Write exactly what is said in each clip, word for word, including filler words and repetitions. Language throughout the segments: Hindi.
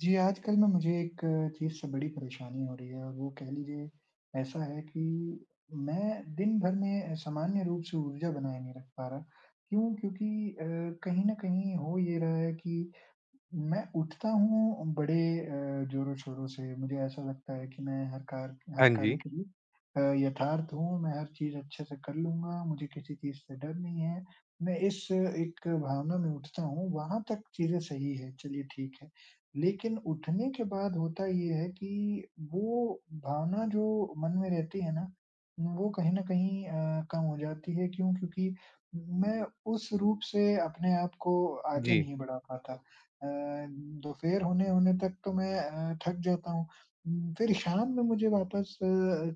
जी, आजकल ना मुझे एक चीज़ से बड़ी परेशानी हो रही है और वो कह लीजिए ऐसा है कि मैं दिन भर में सामान्य रूप से ऊर्जा बनाए नहीं रख पा रहा। क्यों? क्योंकि अ, कहीं न कहीं हो ये रहा है कि मैं उठता हूँ बड़े अ, ज़ोरों-शोरों से, मुझे ऐसा लगता है कि मैं हर कार हर हाँ कार्य जी। के लिए अ, यथार्थ हूँ, मैं हर चीज़ अच्छे से कर लूँगा, मुझे किसी चीज़ से डर नहीं है। मैं इस एक भावना में उठता हूँ, वहाँ तक चीज़ें सही है, चलिए ठीक है। लेकिन उठने के बाद होता ये है कि वो भावना जो मन में रहती है ना, वो कहीं न कहीं अ, कम हो जाती है। क्यों? क्योंकि मैं उस रूप से अपने आप को आगे जी, नहीं बढ़ा पाता। अ, दोपहर होने-होने तक तो मैं अ, थक जाता हूँ। उम, फिर शाम में मुझे वापस अ,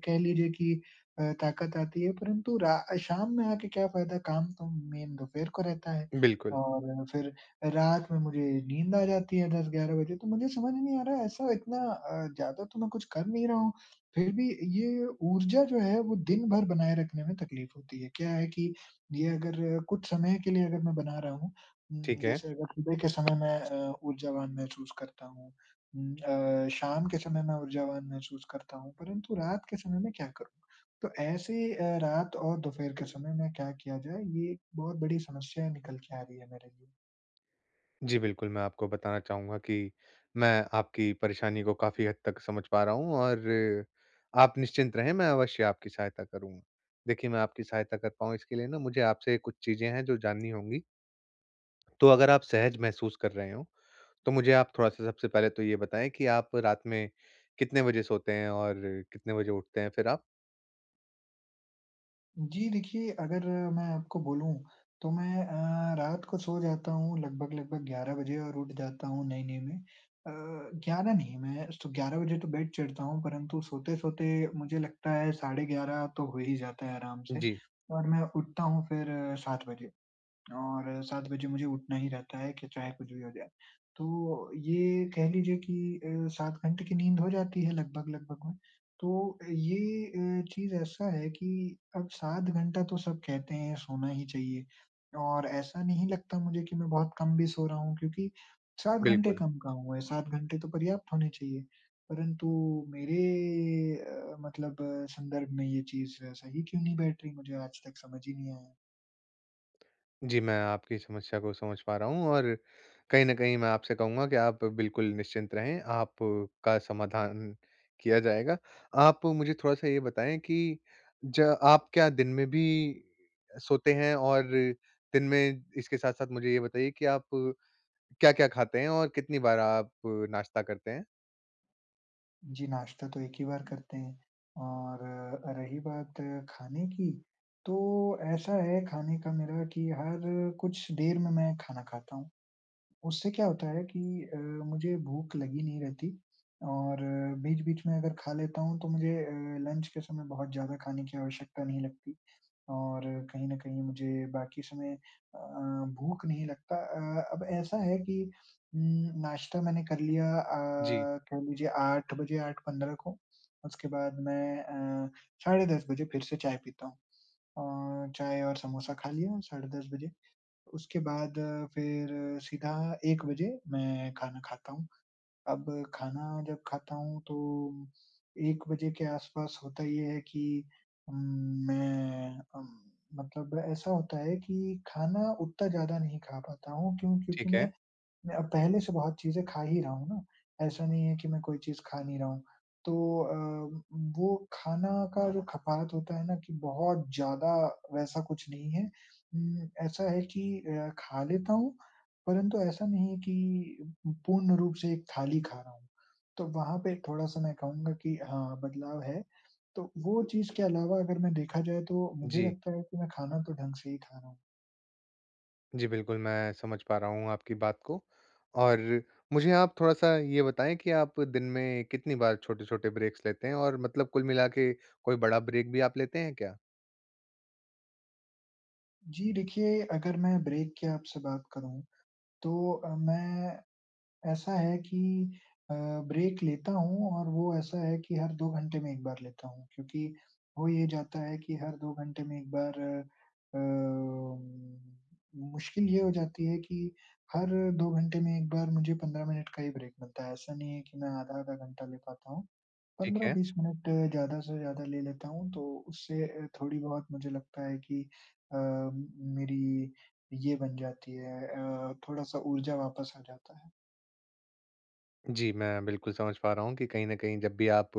कह लीजिए कि अ, ताकत आती है, परंतु रा शाम में आके क्या फ़ायदा, काम तो मेन दोपहर को रहता है बिल्कुल, और फिर रात में मुझे नींद आ जाती है दस ग्यारह बजे, तो मुझे समझ नहीं आ रहा है, ऐसा इतना अ, ज़्यादा तो मैं कुछ कर नहीं रहा हूँ, फिर भी ये ऊर्जा जो है, वो दिन भर बनाए रखने में तकलीफ़ होती है। क्या है कि ये अगर कुछ समय के लिए अगर मैं बना रहा हूँ, हुँ, ठीक है। जैसे अगर सुबह के समय मैं अ, ऊर्जावान महसूस करता हूँ। उम, अ, शाम के समय मैं ऊर्जावान महसूस करता हूँ, परंतु रात के समय में क्या करूँ? तो ऐसे अ, रात और दोपहर के समय में क्या किया जाए, ये एक बहुत बड़ी समस्या निकल के आ रही है मेरे लिए। जी, बिल्कुल, मैं आपको बताना चाहूँगा कि मैं आपकी परेशानी को काफ़ी हद तक समझ पा रहा हूँ और आप निश्चिंत रहें, मैं अवश्य आपकी सहायता करूँगा। देखिए, मैं आपकी सहायता कर पाऊँ इसके लिए ना मुझे आपसे कुछ चीज़ें हैं जो जाननी होंगी, तो अगर आप सहज महसूस कर रहे हों, तो मुझे आप थोड़ा-सा सबसे पहले तो ये बताएँ कि आप रात में कितने बजे सोते हैं और कितने बजे उठते हैं फिर आप? जी, देखिए अगर मैं आपको बोलूँ तो मैं अ, रात को सो जाता हूँ लगभग-लगभग ग्यारह बजे और उठ जाता हूँ नई-नई में। अ, ग्यारह नहीं मैं सो ग्यारह बजे तो बेड चढ़ता हूँ परंतु सोते-सोते मुझे लगता है साढ़े ग्यारह तो हो ही जाता है आराम से जी, और मैं उठता हूँ फिर सात बजे। और सात बजे मुझे उठना ही रहता है कि चाहे कुछ भी हो जाए। तो ये कह लीजिए कि अ, सात घंटे की नींद हो जाती है लगभग-लगभग में। तो ये अ, चीज़ ऐसा है कि अब सात घंटा तो सब कहते हैं सोना ही चाहिए और ऐसा नहीं लगता मुझे कि मैं बहुत कम भी सो रहा हूँ क्योंकि सात घंटे बिल्कुल। कम कहाँ हुए हैं, सात घंटे तो पर्याप्त होने चाहिए। परंतु मेरे अ, मतलब अ, संदर्भ में ये चीज़ सही क्यों नहीं बैठ रही मुझे आज तक समझ ही नहीं आया। जी, मैं आपकी समस्या को समझ पा रहा हूँ और कहीं न कहीं मैं आपसे कहूँगा कि आप बिल्कुल निश्चिंत रहें, आपका समाधान किया जाएगा। आप मुझे थोड़ा-सा ये बताएँ कि ज आप क्या दिन में भी सोते हैं, और दिन में इसके साथ-साथ मुझे ये बताइए कि आप क्या-क्या खाते हैं और कितनी बार आप नाश्ता करते हैं? जी, नाश्ता तो एक ही बार करते हैं और अ, रही बात अ, खाने की, तो ऐसा है खाने का मेरा कि हर कुछ देर में मैं खाना खाता हूँ। उससे क्या होता है कि अ, मुझे भूख लगी नहीं रहती और बीच-बीच में अगर खा लेता हूँ, तो मुझे अ, लंच के समय बहुत ज़्यादा खाने की आवश्यकता नहीं लगती। और कहीं न कहीं मुझे बाकी समय अ, भूख नहीं लगता अ, अब ऐसा है कि उम, नाश्ता मैंने कर लिया जी, अ, कह लीजिए आठ बजे आठ बजकर पंद्रह मिनट को, उसके बाद मैं अ, साढ़े दस बजे फिर से चाय पीता हूँ और चाय और समोसा खा लिया साढ़े दस बजे। उसके बाद अ, फिर सीधा एक बजे मैं खाना खाता हूँ। अब खाना जब खाता हूँ तो एक बजे के आसपास होता ये है कि उम, मैं अम, मतलब ऐसा होता है कि खाना उतना ज़्यादा नहीं खा पाता हूँ, क्यों? क्योंकि ठीक है। मैं मैं अब पहले से बहुत चीज़ें खा ही रहा हूँ ना, ऐसा नहीं है कि मैं कोई चीज़ खा नहीं रहा हूँ। तो अ, वो खाना का जो खपात होता है ना कि बहुत ज़्यादा वैसा कुछ नहीं है। उम, ऐसा है कि अ, खा लेता हूँ, परंतु ऐसा नहीं है कि पूर्ण रूप से एक थाली खा रहा हूँ। तो वहाँ पे थोड़ा-सा मैं कहूँगा कि हाँ, बदलाव है। तो वो चीज़ के अलावा अगर मैं देखा जाए तो मुझे जी। लगता है कि मैं खाना तो ढंग से ही खा रहा हूँ। जी, बिल्कुल, मैं समझ पा रहा हूँ आपकी बात को। और मुझे आप थोड़ा-सा ये बताएँ कि आप दिन में कितनी बार छोटे-छोटे ब्रेक्स लेते हैं, और मतलब कुल मिला के कोई बड़ा ब्रेक भी आप लेते हैं क्या? जी, देखिए अगर मैं ब्रेक की आपसे बात करूँ तो अ, मैं ऐसा है कि अ, ब्रेक लेता हूँ और वो ऐसा है कि हर दो घंटे में एक बार लेता हूँ, क्योंकि हो ये जाता है कि हर दो घंटे में एक बार अम, मुश्किल ये हो जाती है कि हर दो घंटे में एक बार मुझे पंद्रह मिनट का ही ब्रेक मिलता है। ऐसा नहीं है कि मैं आधा-आधा घंटा ले पाता हूँ। ठीक है। पंद्रह बीस मिनट ज़्यादा से ज़्यादा ले लेता हूँ, तो उससे अ, थोड़ी बहुत मुझे लगता है कि अ, मेरी ये बन जाती है अ, थोड़ा-सा ऊर्जा वापस आ जाता है। जी, मैं बिल्कुल समझ पा रहा हूँ कि कहीं न कहीं जब भी आप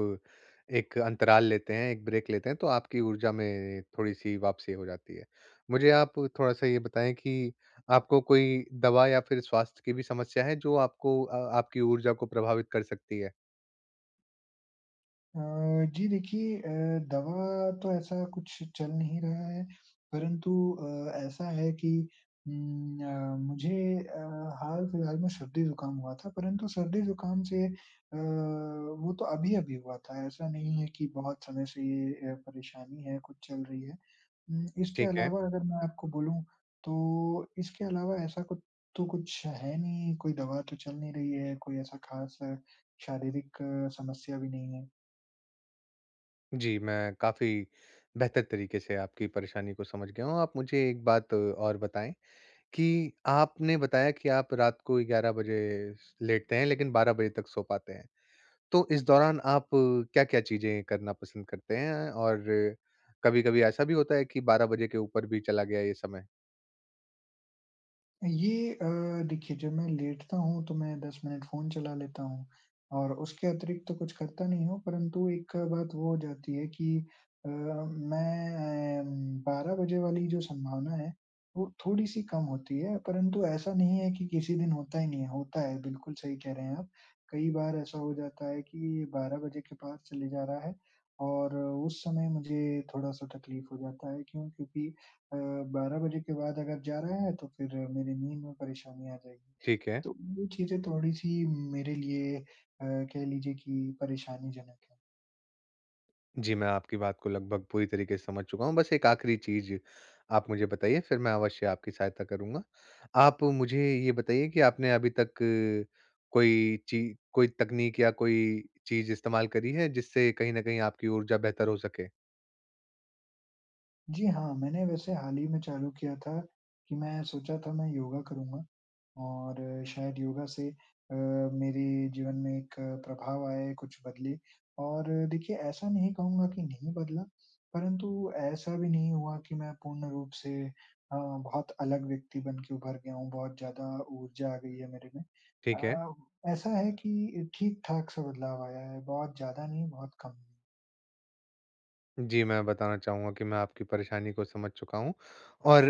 एक अंतराल लेते हैं, एक ब्रेक लेते हैं, तो आपकी ऊर्जा में थोड़ी-सी वापसी हो जाती है। मुझे आप थोड़ा-सा ये बताएँ कि आपको कोई दवा या फिर स्वास्थ्य की भी समस्या है जो आपको अ, आपकी ऊर्जा को प्रभावित कर सकती है? अ, जी देखिए अ, दवा तो ऐसा कुछ चल नहीं रहा है, परंतु अ, ऐसा है कि उम, अ, मुझे अ, हाल-फिलहाल में सर्दी-ज़ुकाम हुआ था, परंतु सर्दी-ज़ुकाम से अ, वो तो अभी-अभी हुआ था, ऐसा नहीं है कि बहुत समय से ये अ, परेशानी है, कुछ चल रही है। हुँ, इसके ठीक है। अलावा अगर मैं आपको बोलूँ, तो इसके अलावा ऐसा कुछ तो कुछ है नहीं, कोई दवा तो चल नहीं रही है, कोई ऐसा ख़ास शारीरिक समस्या भी नहीं है। जी, मैं काफ़ी बेहतर तरीके से आपकी परेशानी को समझ गया हूँ। आप मुझे एक बात और बताएँ कि आपने बताया कि आप रात को ग्यारह बजे स लेटते हैं, लेकिन बारह बजे तक सो पाते हैं। तो इस दौरान आप क्या-क्या चीज़ें करना पसंद करते हैं? और कभी-कभी ऐसा भी होता है कि बारह बजे के ऊपर भी चला गया ये समय? ये अ, देखिए जब मैं लेटता हूँ तो मैं दस मिनट फ़ोन चला लेता हूँ और उसके अतिरिक्त तो कुछ करता नहीं हूँ परंतु एक बात वो हो जाती है कि अ, मैं अम, बारह बजे वाली जो संभावना है वो थोड़ी-सी कम होती है परंतु ऐसा नहीं है कि किसी दिन होता ही नहीं है, होता है बिल्कुल सही कह रहे हैं आप। कई बार ऐसा हो जाता है कि बारह बजे के पार चले जा रहा है और उस समय मुझे थोड़ा-सा तकलीफ़ हो जाता है क्यों? क्योंकि अ, बारह बजे के बाद अगर जा रहा है तो फिर मेरी नींद में परेशानी आ जाएगी। ठीक है। तो वो चीज़ें थोड़ी-सी मेरे लिए अ, कह लीजिए कि परेशानीजनक है। जी, मैं आपकी बात को लगभग पूरी तरीके से समझ चुका हूँ। बस एक आखिरी चीज़ आप मुझे बताइए, फिर मैं अवश्य आपकी सहायता करूँगा। आप मुझे ये बताइए कि आपने अभी तक अ, कोई ची कोई तकनीक या कोई चीज़ इस्तेमाल करी है, जिससे कहीं न कहीं आपकी ऊर्जा बेहतर हो सके? जी हाँ, मैंने वैसे हाल ही में चालू किया था कि मैं सोचा था मैं योगा करूँगा। और शायद योगा से अ, मेरे जीवन में एक प्रभाव आया, कुछ बदले और देखिए ऐसा नहीं कहूँगा कि नहीं बदला, परंतु ऐसा भी नहीं हुआ कि मैं पूर्ण रूप से अ, बहुत अलग व्यक्ति बन के उभर गया हूँ, बहुत ज़्यादा ऊर्जा आ गई है मेरे में। ठीक है। अ, ऐसा है कि ठीक-ठाक सा बदलाव आया है, बहुत ज़्यादा नहीं, बहुत कम नहीं। जी, मैं बताना चाहूँगा कि मैं आपकी परेशानी को समझ चुका हूँ और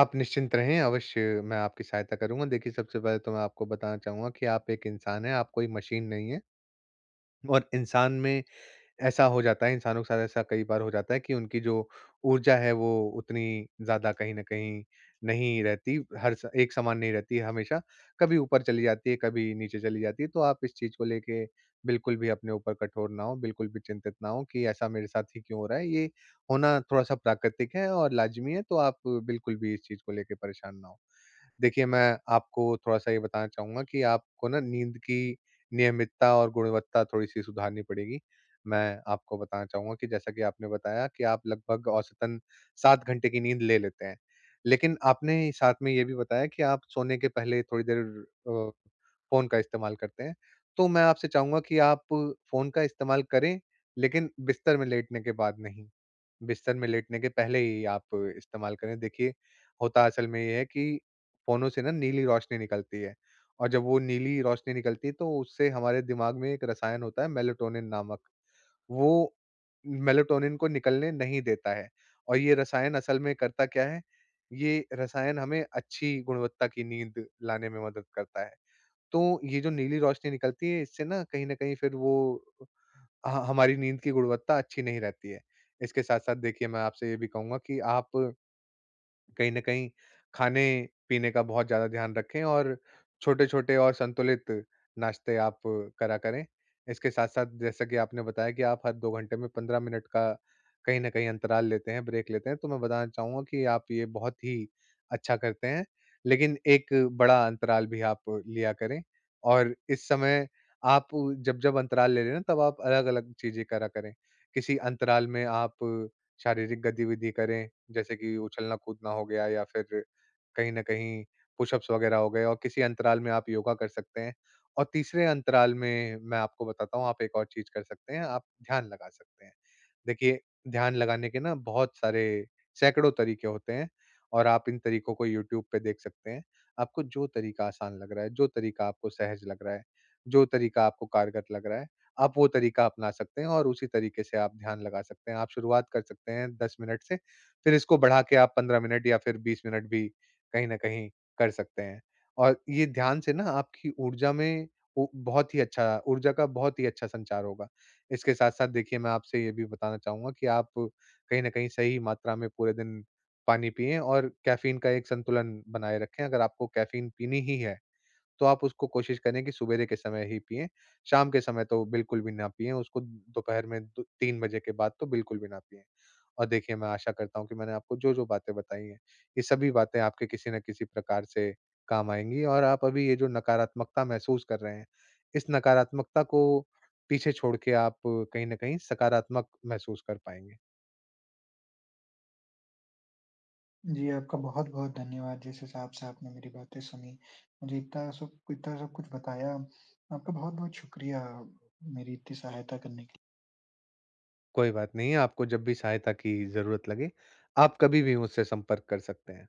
आप निश्चिंत रहें, अवश्य मैं आपकी सहायता करूँगा। देखिए, सबसे पहले तो मैं आपको बताना चाहूँगा कि आप एक इंसान हैं, आप कोई मशीन नहीं हैं। और इंसान में ऐसा हो जाता है, इंसानों के साथ ऐसा कई बार हो जाता है कि उनकी जो ऊर्जा है वो उतनी ज़्यादा कहीं न कहीं नहीं रहती, हर स एक समान नहीं रहती हमेशा, कभी ऊपर चली जाती है, कभी नीचे चली जाती है। तो आप इस चीज़ को लेके बिल्कुल भी अपने ऊपर कठोर ना हों, बिल्कुल भी चिंतित ना हों कि ऐसा मेरे साथ ही क्यों हो रहा है, ये होना थोड़ा-सा प्राकृतिक है और लाज़मी है, तो आप बिल्कुल भी इस चीज़ को लेके परेशान ना हों। देखिए, मैं आपको थोड़ा-सा ये बताना चाहूँगा कि आपको ना नींद की नियमितता और गुणवत्ता थोड़ी-सी सुधारनी पड़ेगी। मैं आपको बताना चाहूँगा कि जैसा कि आपने बताया कि आप लगभग औसतन सात घंटे की नींद ले लेते हैं। लेकिन आपने साथ में ये भी बताया कि आप सोने के पहले थोड़ी देर अ, फ़ोन का इस्तेमाल करते हैं। तो मैं आपसे चाहूँगा कि आप फ़ोन का इस्तेमाल करें, लेकिन बिस्तर में लेटने के बाद नहीं। बिस्तर में लेटने के पहले ही आप इस्तेमाल करें। देखिए, होता असल में ये है कि फ़ोनों से ना नीली रोशनी निकलती है, और जब वो नीली रोशनी निकलती है तो उससे हमारे दिमाग में एक रसायन होता है मेलाटोनिन नामक, वो मेलाटोनिन को निकलने नहीं देता है। और ये रसायन असल में करता क्या है, ये रसायन हमें अच्छी गुणवत्ता की नींद लाने में मदद करता है। तो ये जो नीली रोशनी निकलती है, इससे ना कहीं न कहीं फिर वो ह हमारी नींद की गुणवत्ता अच्छी नहीं रहती है। इसके साथ-साथ देखिए मैं आपसे ये भी कहूँगा कि आप कहीं न कहीं खाने-पीने का बहुत ज़्यादा ध्यान रखें, और छोटे-छोटे और संतुलित नाश्ते आप करा करें। इसके साथ-साथ जैसा कि आपने बताया कि आप हर दो घंटे में पंद्रह मिनट का कहीं न कहीं अंतराल लेते हैं, ब्रेक लेते हैं, तो मैं बताना चाहूँगा कि आप ये बहुत ही अच्छा करते हैं। लेकिन एक बड़ा अंतराल भी आप लिया करें, और इस समय आप जब-जब अंतराल ले रहे हैं ना, तब आप अलग-अलग चीज़ें करा करें। किसी अंतराल में आप शारीरिक गतिविधि करें, जैसे कि उछलना-कूदना हो गया, या फिर कहीं न कहीं पुशअप्स वगैरह हो गए, और किसी अंतराल में आप योगा कर सकते हैं। और तीसरे अंतराल में मैं आपको बताता हूँ, आप एक और चीज़ कर सकते हैं, आप ध्यान लगा सकते हैं। देखिए, ध्यान लगाने के ना बहुत सारे सैकड़ों तरीके होते हैं, और आप इन तरीकों को यूट्यूब पे देख सकते हैं। आपको जो तरीका आसान लग रहा है, जो तरीका आपको सहज लग रहा है, जो तरीका आपको कारगर लग रहा है, आप वो तरीका अपना सकते हैं, और उसी तरीके से आप ध्यान लगा सकते हैं। आप शुरुआत कर सकते हैं दस मिनट से, फिर इसको बढ़ा के आप पंद्रह मिनट या फिर बीस मिनट भी कहीं न कहीं कर सकते हैं। और ये ध्यान से ना आपकी ऊर्जा में उ बहुत ही अच्छा, ऊर्जा का बहुत ही अच्छा संचार होगा। इसके साथ-साथ देखिए मैं आपसे ये भी बताना चाहूँगा कि आप कहीं न कहीं सही मात्रा में पूरे दिन पानी पिएँ, और कैफ़ीन का एक संतुलन बनाए रखें। अगर आपको कैफ़ीन पीनी ही है तो आप उसको कोशिश करें कि सुबेरे के समय ही पिएँ, शाम के समय तो बिल्कुल भी ना पिएँ, उसको दोपहर में दो तीन बजे के बाद तो बिल्कुल भी ना पिएँ। और देखिए मैं आशा करता हूँ कि मैंने आपको जो-जो बातें बताई हैं, ये सभी बातें आपके किसी न किसी प्रकार से काम आएँगी, और आप अभी ये जो नकारात्मकता महसूस कर रहे हैं, इस नकारात्मकता को पीछे छोड़ के आप कहीं न कहीं सकारात्मक महसूस कर पाएँगे। जी, आपका बहुत-बहुत धन्यवाद जिस हिसाब से आपने मेरी बातें सुनी, मुझे इतना सब इतना सब कुछ बताया, आपका बहुत-बहुत शुक्रिया मेरी इतनी सहायता करने के लिए। कोई बात नहीं है, आपको जब भी सहायता की ज़रूरत लगे, आप कभी भी मुझसे संपर्क कर सकते हैं।